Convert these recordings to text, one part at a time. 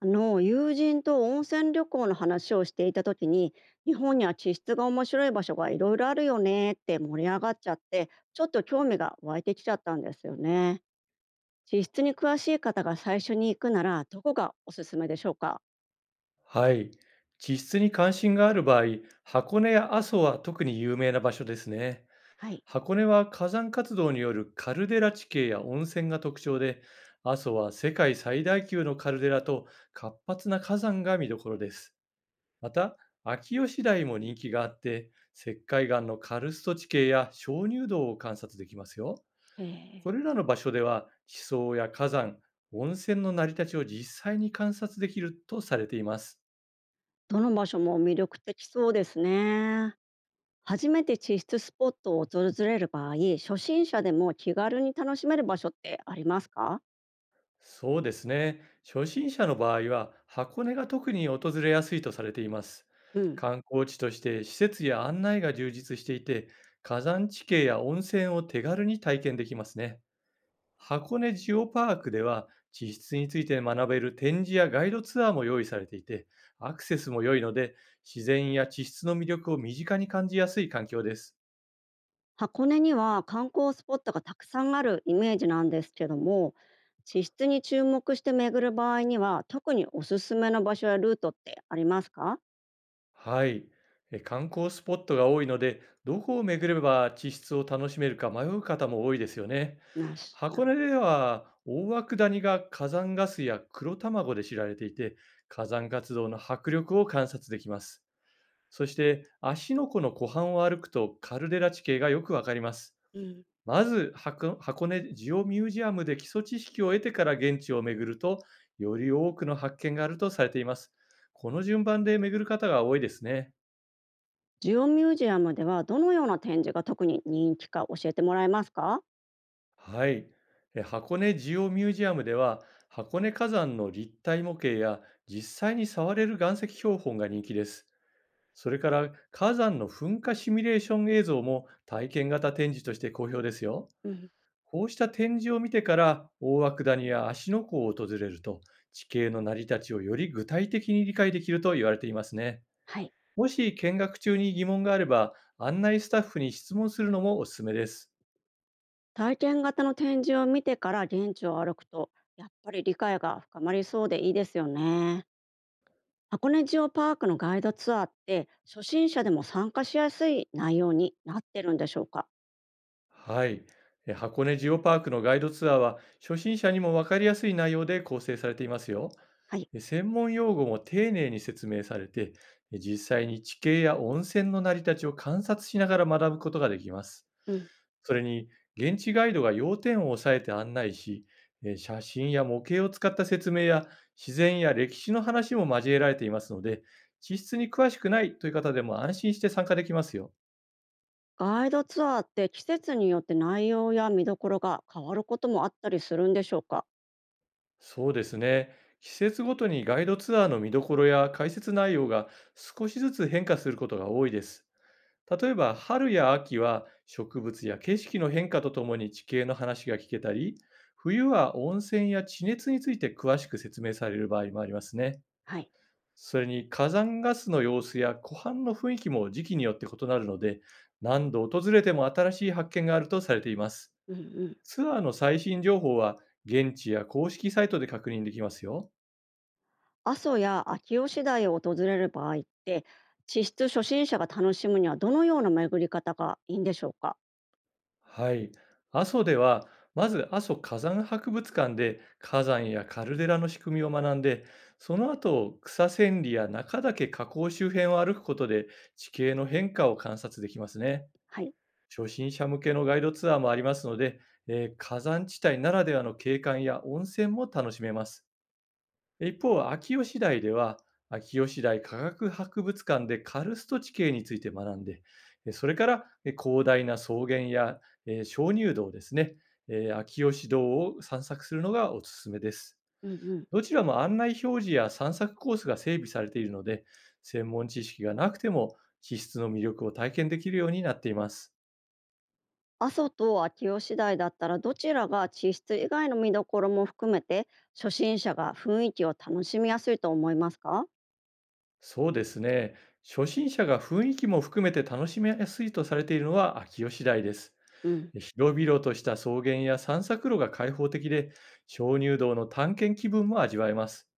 あの友人と温泉旅行の話をしていた時に、日本には地質が面白い場所がいろいろあるよねって盛り上がっちゃって、ちょっと興味が湧いてきちゃったんですよね。地質に詳しい方が最初に行くならどこがおすすめでしょうか？はい。地質に関心がある場合、箱根や阿蘇は特に有名な場所ですね。はい。箱根は火山活動によるカルデラ地形や温泉が特徴で、阿蘇は世界最大級のカルデラと活発な火山が見どころです。また、秋吉台も人気があって、石灰岩のカルスト地形や鍾乳洞を観察できますよ。えこーれらの場所では、地層や火山、温泉の成り立ちを実際に観察できるとされています。どの場所も魅力的そうですね。初めて地質スポットを訪れる場合、初心者でも気軽に楽しめる場所ってありますか？そうですね。初心者の場合は、箱根が特に訪れやすいとされています。うん。観光地として施設や案内が充実していて、火山地形や温泉を手軽に体験できますね。箱根ジオパークでは、地質について学べる展示やガイドツアーも用意されていて、アクセスも良いので、自然や地質の魅力を身近に感じやすい環境です。箱根には観光スポットがたくさんあるイメージなんですけども、地質に注目して巡る場合には特におすすめの場所やルートってありますか？はい。観光スポットが多いので、どこを巡れば地質を楽しめるか迷う方も多いですよね。な箱る根ほでど。は大涌谷が火山ガスや黒卵で知られていて、火山活動の迫力を観察できます。そして芦ノ湖の湖畔を歩くとカルデラ地形がよくわかります。うん、まず箱根ジオミュージアムで基礎知識を得てから現地を巡ると、より多くの発見があるとされています。この順番で巡る方が多いですね。ジオミュージアムではどのような展示が特に人気か教えてもらえますか？はい。箱根ジオミュージアムでは、箱根火山の立体模型や実際に触れる岩石標本が人気です。それから火山の噴火シミュレーション映像も体験型展示として好評ですよ。うん、こうした展示を見てから、大涌谷や芦ノ湖を訪れると、地形の成り立ちをより具体的に理解できると言われていますね。はい。もし見学中に疑問があれば、案内スタッフに質問するのもおすすめです。体験型の展示を見てから現地を歩くと、やっぱり理解が深まりそうでいいですよね。箱根ジオパークのガイドツアーって初心者でも参加しやすい内容になってるんでしょうか？はい。箱根ジオパークのガイドツアーは、初心者にも分かりやすい内容で構成されていますよ。はい。専門用語も丁寧に説明されて、実際に地形や温泉の成り立ちを観察しながら学ぶことができます。うん。それに、現地ガイドが要点を押さえて案内し、写真や模型を使った説明や自然や歴史の話も交えられていますので、地質に詳しくないという方でも安心して参加できますよ。ガイドツアーって季節によって内容や見どころが変わることもあったりするんでしょうか？そうですね。季節ごとにガイドツアーの見どころや解説内容が少しずつ変化することが多いです。例えば春や秋は植物や景色の変化とともに地形の話が聞けたり、冬は温泉や地熱について詳しく説明される場合もありますね。はい。それに火山ガスの様子や湖畔の雰囲気も時期によって異なるので、何度訪れても新しい発見があるとされています。うんうん。ツアーの最新情報は現地や公式サイトで確認できますよ。阿蘇や秋吉台を訪れる場合って、地質初心者が楽しむにはどのような巡り方がいいんでしょうか？はい。阿蘇では、まず阿蘇火山博物館で火山やカルデラの仕組みを学んで、その後、草千里や中岳河口周辺を歩くことで地形の変化を観察できますね。はい。初心者向けのガイドツアーもありますので、火山地帯ならではの景観や温泉も楽しめます。一方、秋吉台では、秋吉台科学博物館でカルスト地形について学んで、それから広大な草原や、鍾乳洞ですね、秋吉洞を散策するのがおすすめです。うんうん。どちらも案内表示や散策コースが整備されているので、専門知識がなくても地質の魅力を体験できるようになっています。阿蘇と秋吉台だったらどちらが地質以外の見どころも含めて初心者が雰囲気を楽しみやすいと思いますか？そうですね。初心者が雰囲気も含めて楽しみやすいとされているのは秋吉台です。うん。広々とした草原や散策路が開放的で、鍾乳洞の探検気分も味わえます。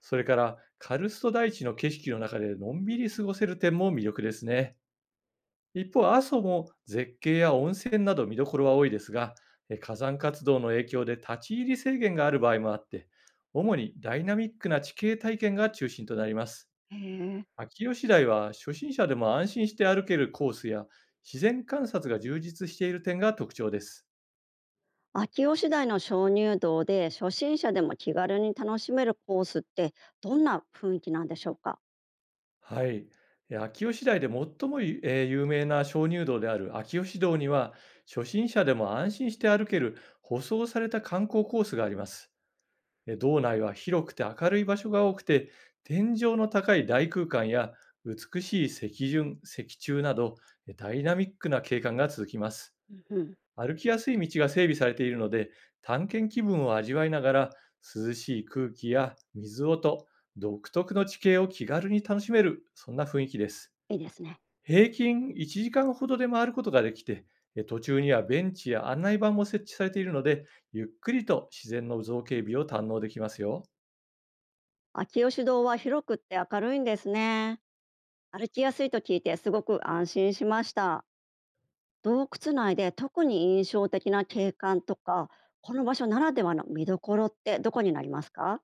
それから、カルスト大地の景色の中でのんびり過ごせる点も魅力ですね。一方、阿蘇も絶景や温泉など見どころは多いですが、火山活動の影響で立ち入り制限がある場合もあって、主にダイナミックな地形体験が中心となります。へえ、秋吉台は初心者でも安心して歩けるコースや自然観察が充実している点が特徴です。秋吉台の鍾乳洞で初心者でも気軽に楽しめるコースってどんな雰囲気なんでしょうか？はい。いや、秋吉台で最もゆえー有名な鍾乳洞である秋吉洞には、初心者でも安心して歩ける舗装された観光コースがあります。洞内は広くて明るい場所が多くて、天井の高い大空間や美しい石順、石柱など、ダイナミックな景観が続きます。うんうん、歩きやすい道が整備されているので、探検気分を味わいながら、涼しい空気や水音、独特の地形を気軽に楽しめる、そんな雰囲気です。いいですね。平均1時間ほどで回ることができて、途中にはベンチや案内板も設置されているので、ゆっくりと自然の造形美を堪能できますよ。秋吉洞は広くって明るいんですね。歩きやすいと聞いてすごく安心しました。洞窟内で特に印象的な景観とか、この場所ならではの見どころってどこになりますか？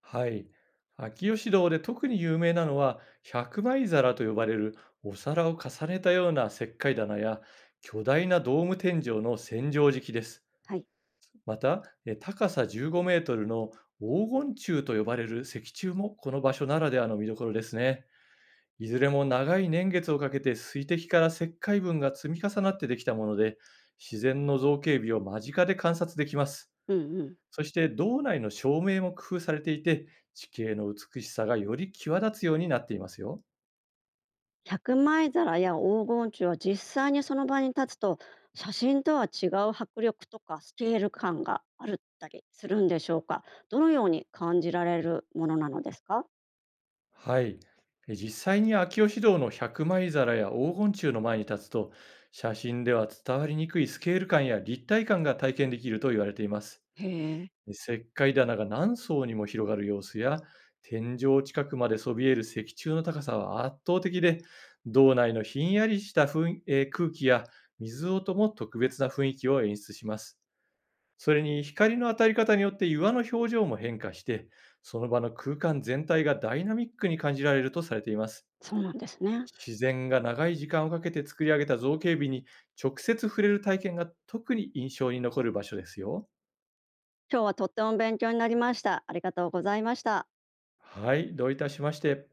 はい。秋吉堂で特に有名なのは、百枚皿と呼ばれるお皿を重ねたような石灰棚や、巨大なドーム天井の千畳敷です。はい。また、高さ15メートルの黄金柱と呼ばれる石柱もこの場所ならではの見どころですね。いずれも長い年月をかけて水滴から石灰分が積み重なってできたもので、自然の造形美を間近で観察できます。うんうん。そして道内の照明も工夫されていて、地形の美しさがより際立つようになっていますよ。百枚皿や黄金柱は実際にその場に立つと、写真とは違う迫力とかスケール感があるったりするんでしょうか？どのように感じられるものなのですか？はい。実際に秋吉堂の百枚皿や黄金柱の前に立つと、写真では伝わりにくいスケール感や立体感が体験できると言われています。へえ、で石灰棚が何層にも広がる様子や、天井近くまでそびえる石柱の高さは圧倒的で、道内のひんやりした雰囲えー空気や水音も特別な雰囲気を演出します。それに光の当たり方によって岩の表情も変化して、その場の空間全体がダイナミックに感じられるとされています。そうなんですね。自然が長い時間をかけて作り上げた造形美に直接触れる体験が特に印象に残る場所ですよ。今日はとっても勉強になりました。ありがとうございました。はい、どういたしまして。